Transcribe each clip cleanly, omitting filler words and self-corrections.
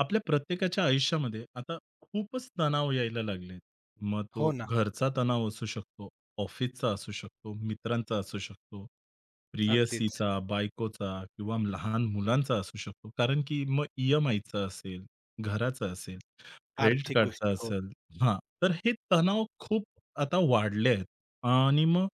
आपल्या प्रत्येकाच्या आयुष्यामध्ये आता खूपच तणाव यायला लागलेत. मग तो हो ना, घरचा तणाव असू शकतो, ऑफिसचा असू शकतो, मित्रांचा असू शकतो, अगदीच. प्रियसीचा, बायकोचा किंवा लहान मुलांचा असू शकतो. कारण की मग ई-एम-आयचा असेल, घराचा असेल. क्रेडिट आर्थिक कार्डचा गोष्टी. हो. असेल. हां. तर हे तणाव खूप आता वाढले आहेत. आणि मग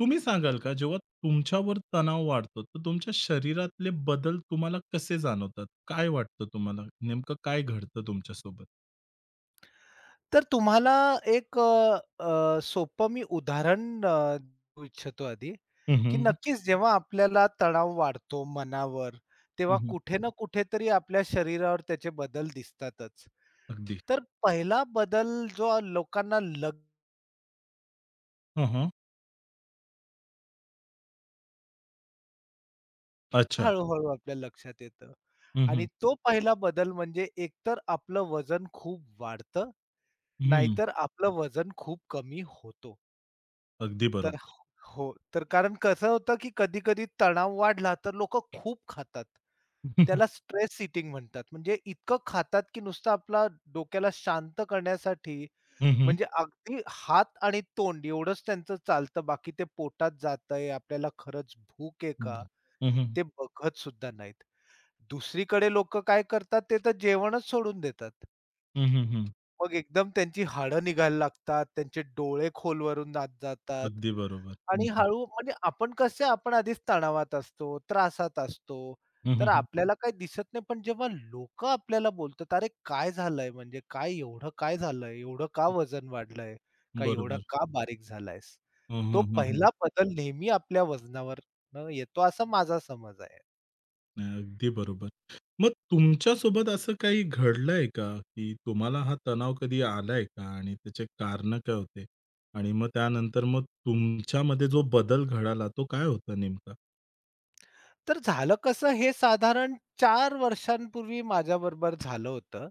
तुम्ही सांगाल का जेव्हा तुमच्यावर तणाव वाढतो, तर तुमच्या शरीरातले बदल तुम्हाला कसे जाणवतात? काय वाटतं तुम्हाला? नेमकं काय घडतं तुमच्यासोबत? तर तुम्हाला एक अ, अ, सोपं मी उदाहरण अ, देऊ इच्छितो आधी, हं, की हं. नक्कीच जेव्हा आपल्याला तणाव वाढतो मनावर, तेव्हा कुठे ना कुठेतरी आपल्या शरीरावर त्याचे बदल दिसतातच. अगदी. तर पहिला बदल जो लोकांना हं, हं. अच्छा. हळू-हळू आपल्या लक्षात येतं हं, आणि हं. तो पहिला बदल म्हणजे एकतर आपलं वजन खूप वाढतं, नाहीतर आपलं वजन खूप कमी होतो. अगदी तर बरोबर. हो. तर कारण कसं होतं, की कधी-कधी तणाव वाढला, तर लोकं खूप खातात. त्याला स्ट्रेस ईटिंग म्हणतात. म्हणजे इतकं खातात, की नुसतं आपला डोक्याला शांत करण्यासाठी हं, हं. म्हणजे अगदी हात आणि तोंड एवढंच त्यांचं चालतं. बाकी ते पोटात जातंय, आपल्याला खरंच भूक आहे हं, का? हं. ते बघत सुद्धा नाहीत. दुसरीकडे लोकं काय करतात, ते तर जेवणच सोडून देतात. हं, मग एकदम त्यांची हाडं निघायला लागतात, त्यांचे डोळे खोलवरून जात जातात अगदी बरोबर. हं, आणि हं. हळू म्हणजे आपण कसे आपण आधीच तणावात असतो, त्रासात असतो, तर हं, आपल्याला काही दिसत नाही. पण जेव्हा लोकं आपल्याला बोलतात, "अरे काय झालंय? म्हणजे काय एवढं काय झालंय? एवढं का वजन वाढलंय? का एवढं बरोबर. का बारीक झालायस?" हं, तो हं. पहिला बदल नेहमी आपल्या वजनावर न येतो असा माझा समज आहे. नाही, अगदी बरोबर. मग तुमच्यासोबत असं काही घडलंय का, की तुम्हाला हा तणाव कधी आलाय का? आणि त्याचे कारणं काय होते? आणि मग त्यानंतर मग तुमच्यामध्ये जो बदल घडाला तो काय होता नेमका? तर झालं कसं हे साधारण 4 वर्षांपूर्वी माझ्याबरोबर झालं होतं.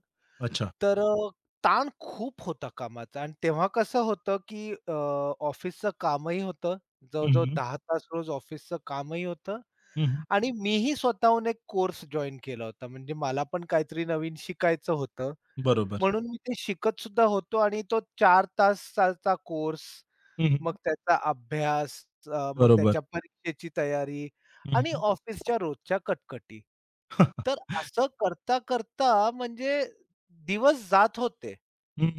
अच्छा. तर अ, ताण खूप होता कामाचा आणि तेव्हा कसं होतं, की ऑफिसचं कामही होतं. हं, जवळ-जवळ हं. 10 तास रोज ऑफिसचं कामही होतं आणि मीही स्वतःहून एक कोर्स जॉइन केला होता. म्हणजे मला पण काहीतरी नवीन शिकायचं होतं. बरोबर. म्हणून मी ते शिकत सुद्धा होतो आणि तो 4 तासाचा कोर्स, हं, मग त्याचा अभ्यास, मग बरोबर. त्याच्या परीक्षेची तयारी हं, आणि हं. ऑफिसच्या रोजच्या कटकटी. तर असं करता करता म्हणजे दिवस जात होते.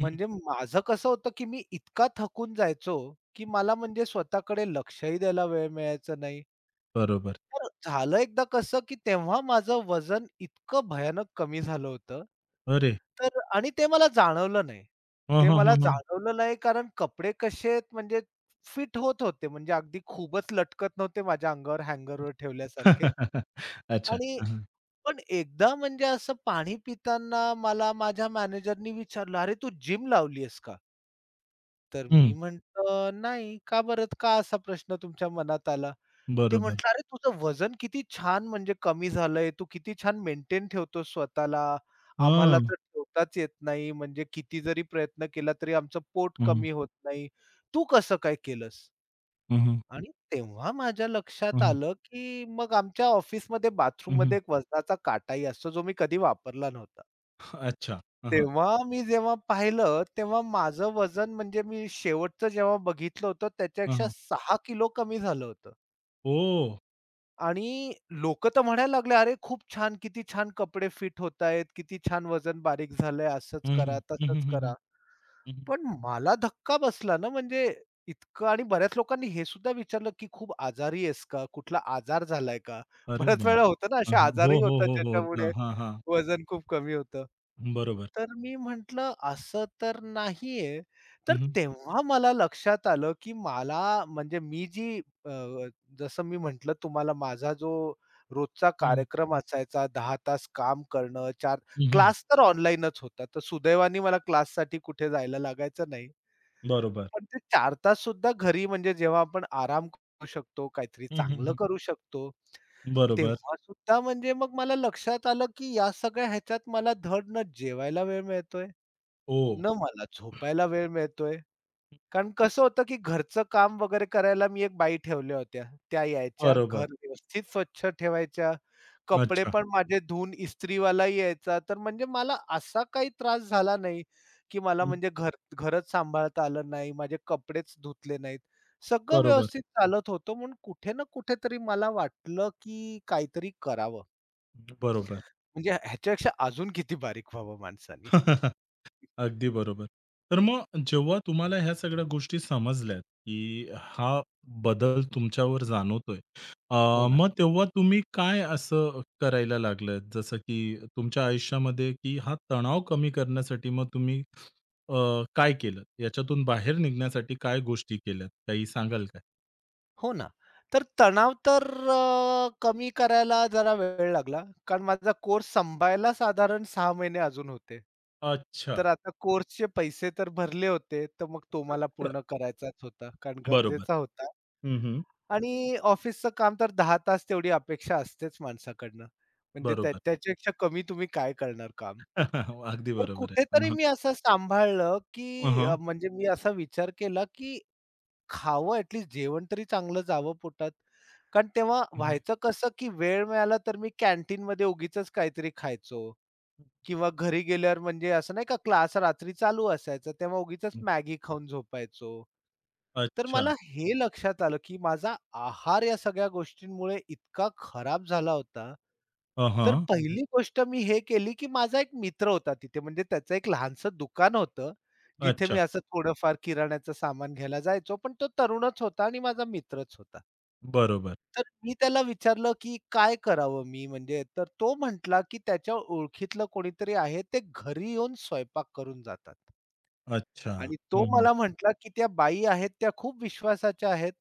म्हणजे माझं कसं होतं, की मी इतका थकून जायचो, की मला म्हणजे स्वतःकडे लक्षही द्यायला वेळ मिळायचा नाही. बरोबर. तर झालं एकदा कसं, की तेव्हा माझं वजन इतकं भयानक कमी झालं होतं अरे! तर आणि ते मला जाणवलं नाही. हं, ते हं, मला हं, हं. जाणवलं नाही कारण कपडे कसे आहेत म्हणजे फिट होत होते. म्हणजे अगदी खूपच लटकत नव्हते माझ्या अंगावर हँगरवर ठेवल्यासारखे. अच्छा. आणि हं, हं. पण एकदा म्हणजे असं पाणी पिताना मला माझ्या मॅनेजरनी विचारलं, "अरे तू जिम लावली आहेस का?" तर मी हं. म्हटलं, "नाही." "का बरं? का असा प्रश्न तुमच्या मनात आला?" ते बरोबर. म्हटलं, "अरे तुझं वजन किती छान म्हणजे कमी झालंय. तू किती छान मेंटेन ठेवतोस स्वतःला. आम्हाला हां. तर ठेवताच येत नाही. म्हणजे किती जरी प्रयत्न केला तरी आमचं पोट हं, हं. कमी होत नाही. तू कसं काय केलंस?" हं, हं. आणि तेव्हा माझ्या लक्षात आलं, की मग आमच्या ऑफिसमध्ये बाथरूममध्ये एक वजनाचा काटाही असतो, जो मी कधी वापरला नव्हता. अच्छा. हं, हं. तेव्हा मी जेव्हा पाहिलं, तेव्हा माझं वजन म्हणजे मी शेवटचं जेव्हा बघितलं होतं हं, त्याच्यापेक्षा हं. 6 किलो कमी झालं होतं. ओह! आणि लोकं तर म्हणायला लागले, "अरे, खूप छान! किती छान कपडे फिट होतायत, किती छान वजन बारीक झालंय, असंच हं, करा, हं. हं, हं, तसंच हं, हं. करा." हं, हं. पण मला धक्का बसला ना, म्हणजे इतकं आणि बऱ्याच लोकांनी हे सुद्धा विचारलं, की "खूप आजारी आहेस का? कुठला आजार झालाय का?" अरे बऱ्याच बाप! वेळा होतं ना, हां, असे हां. हो, आजारही हो, होतात हो, हो. अ, ज्याच्यामुळे हां, हां. वजन खूप कमी होतं. बरोबर. तर मी म्हटलं, "असं तर नाहीये." हं, तर हं. तेव्हा मला लक्षात आलं, की मला म्हणजे मी जी अ, जसं मी म्हटलं तुम्हाला माझा जो रोजचा हं, हं. कार्यक्रम असायचा 10 तास काम करणं, 4 हं, हं. क्लास तर ऑनलाईनच होता. तर सुदैवाने मला क्लाससाठी कुठे जायला लागायचं नाही. बरोबर. पण ते 4 तास सुद्धा घरी म्हणजे जेव्हा आपण आराम करू शकतो, काहीतरी हं, हं, चांगलं हं. करू शकतो, बरोबर. तेव्हा सुद्धा म्हणजे मग मला लक्षात आलं, की या सगळ्या ह्याच्यात मला धड न जेवायला वेळ मिळतोय ओ, न मला झोपायला वेळ मिळतोय. कारण कसं होतं, की घरचं काम वगैरे करायला मी एक बाई ठेवल्या होत्या. त्या यायच्या, बरोबर. घर व्यवस्थित स्वच्छ ठेवायच्या, कपडे अच्छा. पण माझे धुवून इस्त्रीवालाही यायचा. तर म्हणजे मला असा काही त्रास झाला नाही, की मला हं. म्हणजे घरच सांभाळता आलं नाही, माझे कपडेच धुतले नाहीत. सगळं बरोबर. व्यवस्थित चालत होतं म्हणून कुठे ना कुठेतरी मला वाटलं, की काहीतरी करावं. बरोबर. म्हणजे ह्याच्यापेक्षा अजून किती बारीक व्हावं माणसानी. अगदी बरोबर. तर मग जेव्हा तुम्हाला ह्या सगळ्या गोष्टी समजल्यात, की हा बदल तुमच्यावर जाणवतोय. अ, हो ना. मग तेव्हा तुम्ही काय असं करायला लागलात? जसं की तुमच्या आयुष्यामध्ये, की हा तणाव कमी करण्यासाठी मग तुम्ही अ, काय केलं? याच्यातून बाहेर निघण्यासाठी काय गोष्टी केल्यात? काही सांगाल काय? हो ना. तर तणाव तर कमी करायला जरा वेळ लागला. कारण माझा कोर्स संपायला साधारण 6 महिने अजून होते. अच्छा. तर आता कोर्सचे पैसे तर भरले होते, तर मग तो मला पूर्ण करायचाच होता, कारण बरोबर. गरजेचा होता. हं, हं. आणि ऑफिसचं काम तर 10 तास तेवढी अपेक्षा असतेच माणसाकडनं. म्हणजे बरोबर. त्याच्यापेक्षा कमी तुम्ही काय करणार काम. अगदी तर बरोबर आहे. कुठेतरी हं, मी असं सांभाळलं, की हं. अ, म्हणजे मी असा विचार केला, की खावं ॲटलीस्ट जेवण तरी चांगलं जावं पोटात. कारण तेव्हा व्हायचं कसं, की वेळ मिळाला तर मी कॅन्टीनमध्ये उगीचच काहीतरी खायचो किंवा घरी गेल्यावर म्हणजे असं नाही का क्लास रात्री चालू असायचा, तेव्हा उगीचच मॅगी खाऊन झोपायचो. तर अच्छा. मला हे लक्षात आलं, की माझा आहार या सगळ्या गोष्टींमुळे इतका खराब झाला होता, तर हं, पहिली गोष्ट मी हे केली, की माझा एक मित्र होता तिथे म्हणजे त्याचं एक लहानसं दुकान होतं, जिथे मी अच्छा. असं थोडंफार किराण्याचं सामान घ्यायला जायचो. पण तो तरुणच होता आणि माझा मित्रच होता. बरोबर. तर मी त्याला विचारलं, की "काय करावं मी?" म्हणजे तर तो म्हटला, की त्याच्या ओळखीतलं कोणीतरी आहे, ते घरी येऊन स्वयंपाक करून जातात. अच्छा. आणि हं, तो हं. मला म्हटला, की "त्या बाई आहेत त्या खूप विश्वासाच्या आहेत.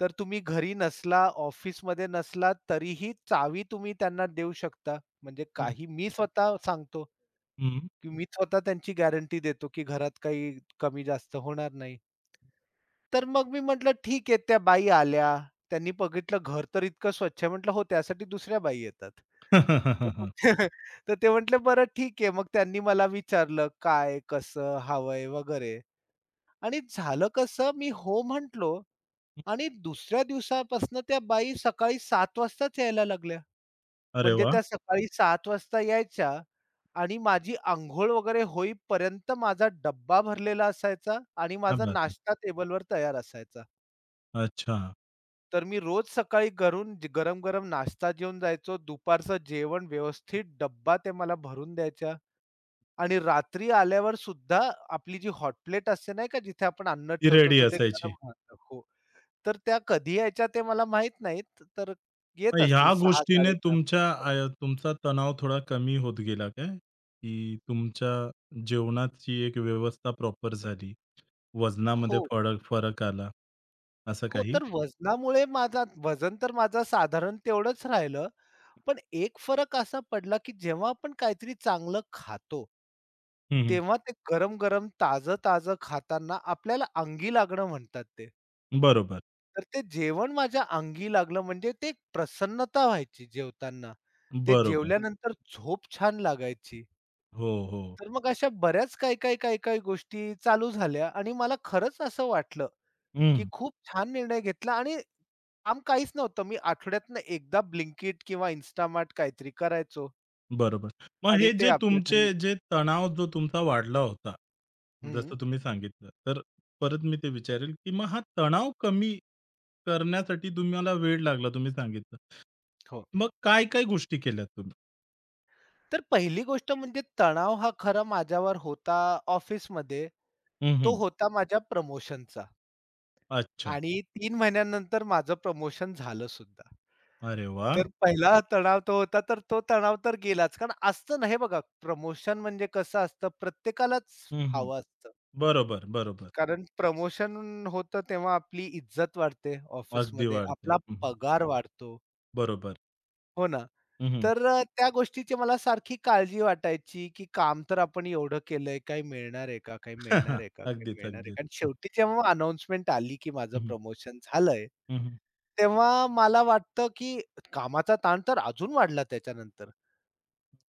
तर तुम्ही घरी नसला, ऑफिसमध्ये नसला, तरीही चावी तुम्ही त्यांना देऊ शकता. म्हणजे काही मी स्वतः सांगतो, हं, हं. की मी स्वतः त्यांची गॅरंटी देतो, की घरात काही कमी-जास्त होणार नाही." तर मग मी म्हटलं, "ठीक आहे." त्या बाई आल्या. त्यांनी बघितलं घर तर इतकं स्वच्छ आहे. म्हटलं, "हो, त्यासाठी दुसऱ्या बाई येतात." तर ते म्हटले, "बरं ठीक आहे." मग त्यांनी मला विचारलं, "काय, कसं हवंय?" वगैरे. आणि झालं कसं मी हो म्हटलो आणि दुसऱ्या दिवसापासून त्या बाई सकाळी 7 वाजताच यायला लागल्या. अरे म्हणजे वाह! त्या सकाळी 7 वाजता यायच्या आणि माझी अंघोळ वगैरे होईपर्यंत माझा डब्बा भरलेला असायचा आणि क्या माझा बात है! नाश्ता टेबलवर तयार असायचा. अच्छा, तर मी रोज सकाळी घरून गरम-गरम नाश्ता जेवून जायचो. दुपारचं जेवण व्यवस्थित डब्बा ते मला भरून द्यायच्या आणि रात्री आल्यावर सुद्धा आपली जी हॉट प्लेट असते नाही का जिथे आपण अन्न ती ठेवतो रेडी तर ते गरम असायची. राहतं. हो. तर त्या कधी यायच्या ते मला माहीत नाहीत. तर मग येत असतील ह्या गोष्टीने 6:00-6:30 पर्यंत. तुमच्या तुमचा तणाव थोडा कमी होत गेला काय? की तुमच्या जेवणाची एक व्यवस्था प्रॉपर झाली, हो, वजनामध्ये फडक फरक आला, असं हो. काही? तर वजनामुळे माझा वजन तर माझं साधारण तेवढंच राहिलं. पण एक फरक असा पडला, की जेव्हा आपण काहीतरी चांगलं खातो, हं, हं. तेव्हा ते गरम-गरम, ताजं-ताजं खाताना आपल्याला अंगी लागणं म्हणतात ते. बरोबर, तर ते जेवण माझ्या अंगी लागलं म्हणजे ते एक प्रसन्नता व्हायची जेवताना. ते बरोबर. जेवल्यानंतर झोप छान लागायची. हो, हो. तर मग अशा बऱ्याच काही गोष्टी चालू झाल्या आणि मला खरंच असं वाटलं, की खूप छान निर्णय घेतला आणि काम काहीच नव्हतं. मी आठवड्यातनं एकदा Blinkit किंवा Instamart काहीतरी करायचो बरोबर. मग आणि हे ते जे आपल्या तुमचे घरी जे तणाव जो तुमचा वाढला होता, हं, जसं तुम्ही सांगितलं, तर परत मी ते विचारेल, की मग हा तणाव कमी करण्यासाठी तुम्हाला वेळ लागला तुम्ही सांगितलं. हो. मग काय-काय गोष्टी केल्यात तुम्ही? तर पहिली गोष्ट म्हणजे तणाव हा खरा माझ्यावर होता ऑफिसमध्ये, हं, तो हं. होता माझ्या प्रमोशनचा अच्छा. आणि 3 महिन्यानंतर माझं प्रमोशन झालं सुद्धा. अरे वाह! तर पहिला तणाव तो होता, तर तो तणाव तर गेलाच. कारण असतं ना, हे बघा प्रमोशन म्हणजे कसं असतं, प्रत्येकालाच हं, हं. हवं असतं. बरोबर, बरोबर. कारण प्रमोशन होतं तेव्हा आपली इज्जत वाढते अगदी ऑफिसमध्ये, वाढते. आपला हं, पगार वाढतो. बरोबर. हो ना. हं, त्या गोष्टीची मला सारखी काळजी वाटायची, की काम तर आपण एवढं केलंय, काही अगदीच, मिळणार आहे अगदीच. का? आणि शेवटी जेव्हा अनाउन्समेंट आली, की माझं हं, हं. प्रमोशन झालंय, तेव्हा मला वाटतं, की कामाचा ताण तर अजून वाढला त्याच्यानंतर.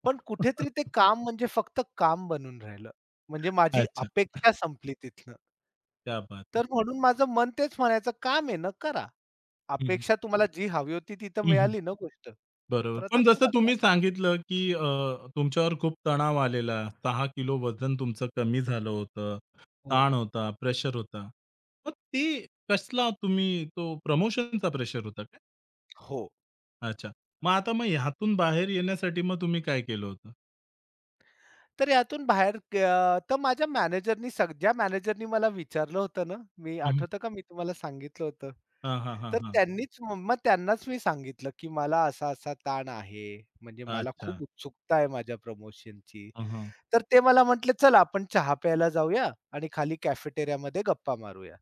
पण कुठेतरी ते काम म्हणजे फक्त काम बनून राहिलं. म्हणजे माझी अच्छा. अपेक्षा संपली तिथनं. क्या बात है! तर म्हणून माझं मन तेच म्हणायचं, "काम आहे ना, करा." हं, हं. अपेक्षा तुम्हाला जी हवी होती तिथं मिळाली ना गोष्ट, बरोबर. तर आता पण जसं करा काम. तुम्ही सांगितलं, की तुमच्यावर खूप तणाव आलेला, 6 किलो वजन तुमचं कमी झालं होतं, हो. ताण होता, प्रेशर होता. मग ते कसला तुम्ही तो प्रमोशनचा प्रेशर होता काय? हो. अच्छा. मग आता मग ह्यातून बाहेर येण्यासाठी मग तुम्ही काय केलं होतं? तर यातून बाहेर क अ, तर माझ्या मॅनेजरनी सग ज्या मॅनेजरनी मला विचारलं होतं ना, मी हं, हं. आठवतं का मी तुम्हाला सांगितलं होतं. हां, हां, तर हां, त्यांनीच मग मग त्यांनाच मी सांगितलं, की मला असा-असा ताण आहे. म्हणजे मला अच्छा. खूप उत्सुकता आहे माझ्या प्रमोशनची. हं, हं. तर ते मला म्हटले, "चल आपण चहा प्यायला जाऊया आणि खाली कॅफेटेरियामध्ये गप्पा मारूया."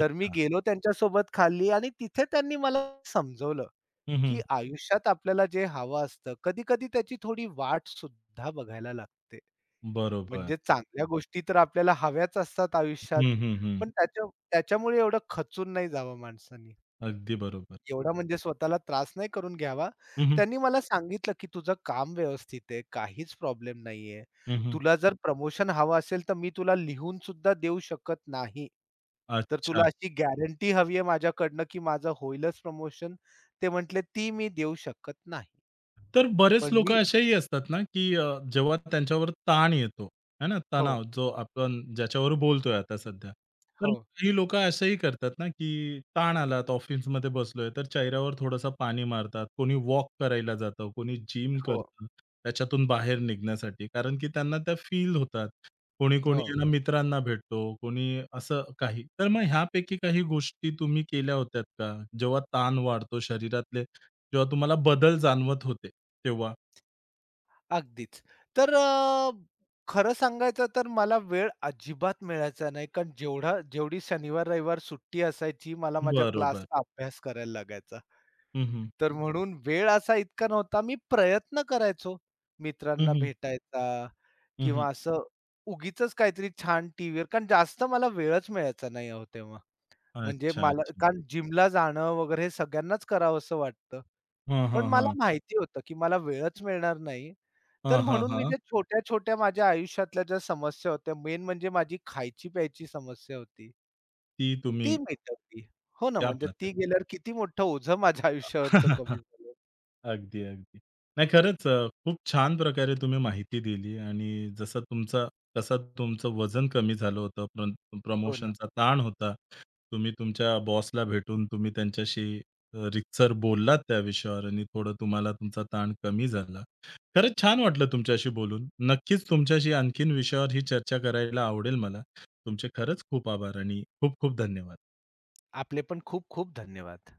तर मी गेलो त्यांच्यासोबत खाली आणि तिथे त्यांनी मला समजवलं. हं, की हं. आयुष्यात आपल्याला जे हवं असतं, कधी-कधी त्याची थोडी वाट सुद्धा बघायला लागते. बरोबर. म्हणजे चांगल्या गोष्टी तर आपल्याला हव्याच असतात आयुष्यात, हं, हं, हं. पण त्याच्यामुळे एवढं खचून नाही जावं माणसानी. अगदी बरोबर. एवढा म्हणजे स्वतःला त्रास नाही करून घ्यावा. हं, हं. त्यांनी मला सांगितलं, की "तुझं काम व्यवस्थित आहे, काहीच प्रॉब्लेम नाहीये. हं, तुला जर प्रमोशन हवं असेल, तर मी तुला लिहून सुद्धा देऊ शकत नाही. तर अच्छा. तुला अशी गॅरंटी हवी आहे माझ्याकडनं, की माझं होईलच प्रमोशन." ते म्हटले, "ती मी देऊ शकत नाही." तर बरेच पण मी लोकं असेही असतात ना, की जेव्हा त्यांच्यावर ताण येतो, आहे ना, हो, तणाव जो आपण ज्याच्यावर बोलतोय आता सध्या. तर हो, काही लोकं असंही करतात ना, की ताण आलात, ऑफिसमध्ये बसलोय, तर चेहऱ्यावर थोडंसं पाणी मारतात. कोणी वॉक करायला जातं, कोणी जिम हो. करतं, त्याच्यातून बाहेर निघण्यासाठी. कारण की त्यांना त्या फील होतात. कोणी-कोणी हो. आहे मित्रांना भेटतो, कोणी असं काही. तर मग ह्यापैकी काही गोष्टी तुम्ही केल्या होत्यात का? जेव्हा ताण वाढतो, शरीरातले जेव्हा तुम्हाला बदल जाणवत होते तेव्हा. अगदीच. तर अ, खरं सांगायचं तर मला वेळ अजिबात मिळायचा नाही. कारण जेवढी शनिवार-रविवार सुट्टी असायची मला माझ्या बरोबर. क्लासचा अभ्यास करायला लागायचा. हं, हं. तर म्हणून वेळ असा इतका नव्हता. मी प्रयत्न करायचो हं, मित्रांना हं. भेटायचा हं, हं. किंवा असं उगीचच काहीतरी छान टीव्हीवर कारण जास्त मला वेळच मिळायचा नाही अहो तेव्हा. म्हणजे अच्छा, मला अच्छा. कारण जिमला जाणं वगैरे हे सगळ्यांनाच करावसं वाटतं. हां, पण हां, हां. मला माहिती होतं, की मला वेळच मिळणार नाही. तर हां, हां, म्हणून मी हां. त्या छोट्या-छोट्या माझ्या आयुष्यातल्या ज्या समस्या होत्या, मेन म्हणजे माझी खायची-प्यायची समस्या होती. ती तुम्ही ती मिटवली. हो ना, क्या म्हणजे बात है! ती गेल्यावर किती मोठं ओझं माझ्या आयुष्यावरचं कमी झालं. अगदी, अगदी. नाही खरंच खूप छान प्रकारे तुम्ही माहिती दिली आणि जसं तुमचा कसं तुमचं वजन कमी झालं होतं, हो ना. प्रमोशनचा ताण होता. तुम्ही तुमच्या बॉसला भेटून तुम्ही त्यांच्याशी रीतसर बोललात त्या विषयावर आणि थोडं तुम्हाला तुमचा ताण कमी झाला. खरंच छान वाटलं तुमच्याशी बोलून. नक्कीच तुमच्याशी आणखीन विषयावर ही चर्चा करायला आवडेल मला. तुमचे खरंच खूप आभार आणि खूप खूप धन्यवाद. आपले पण खूप खूप धन्यवाद.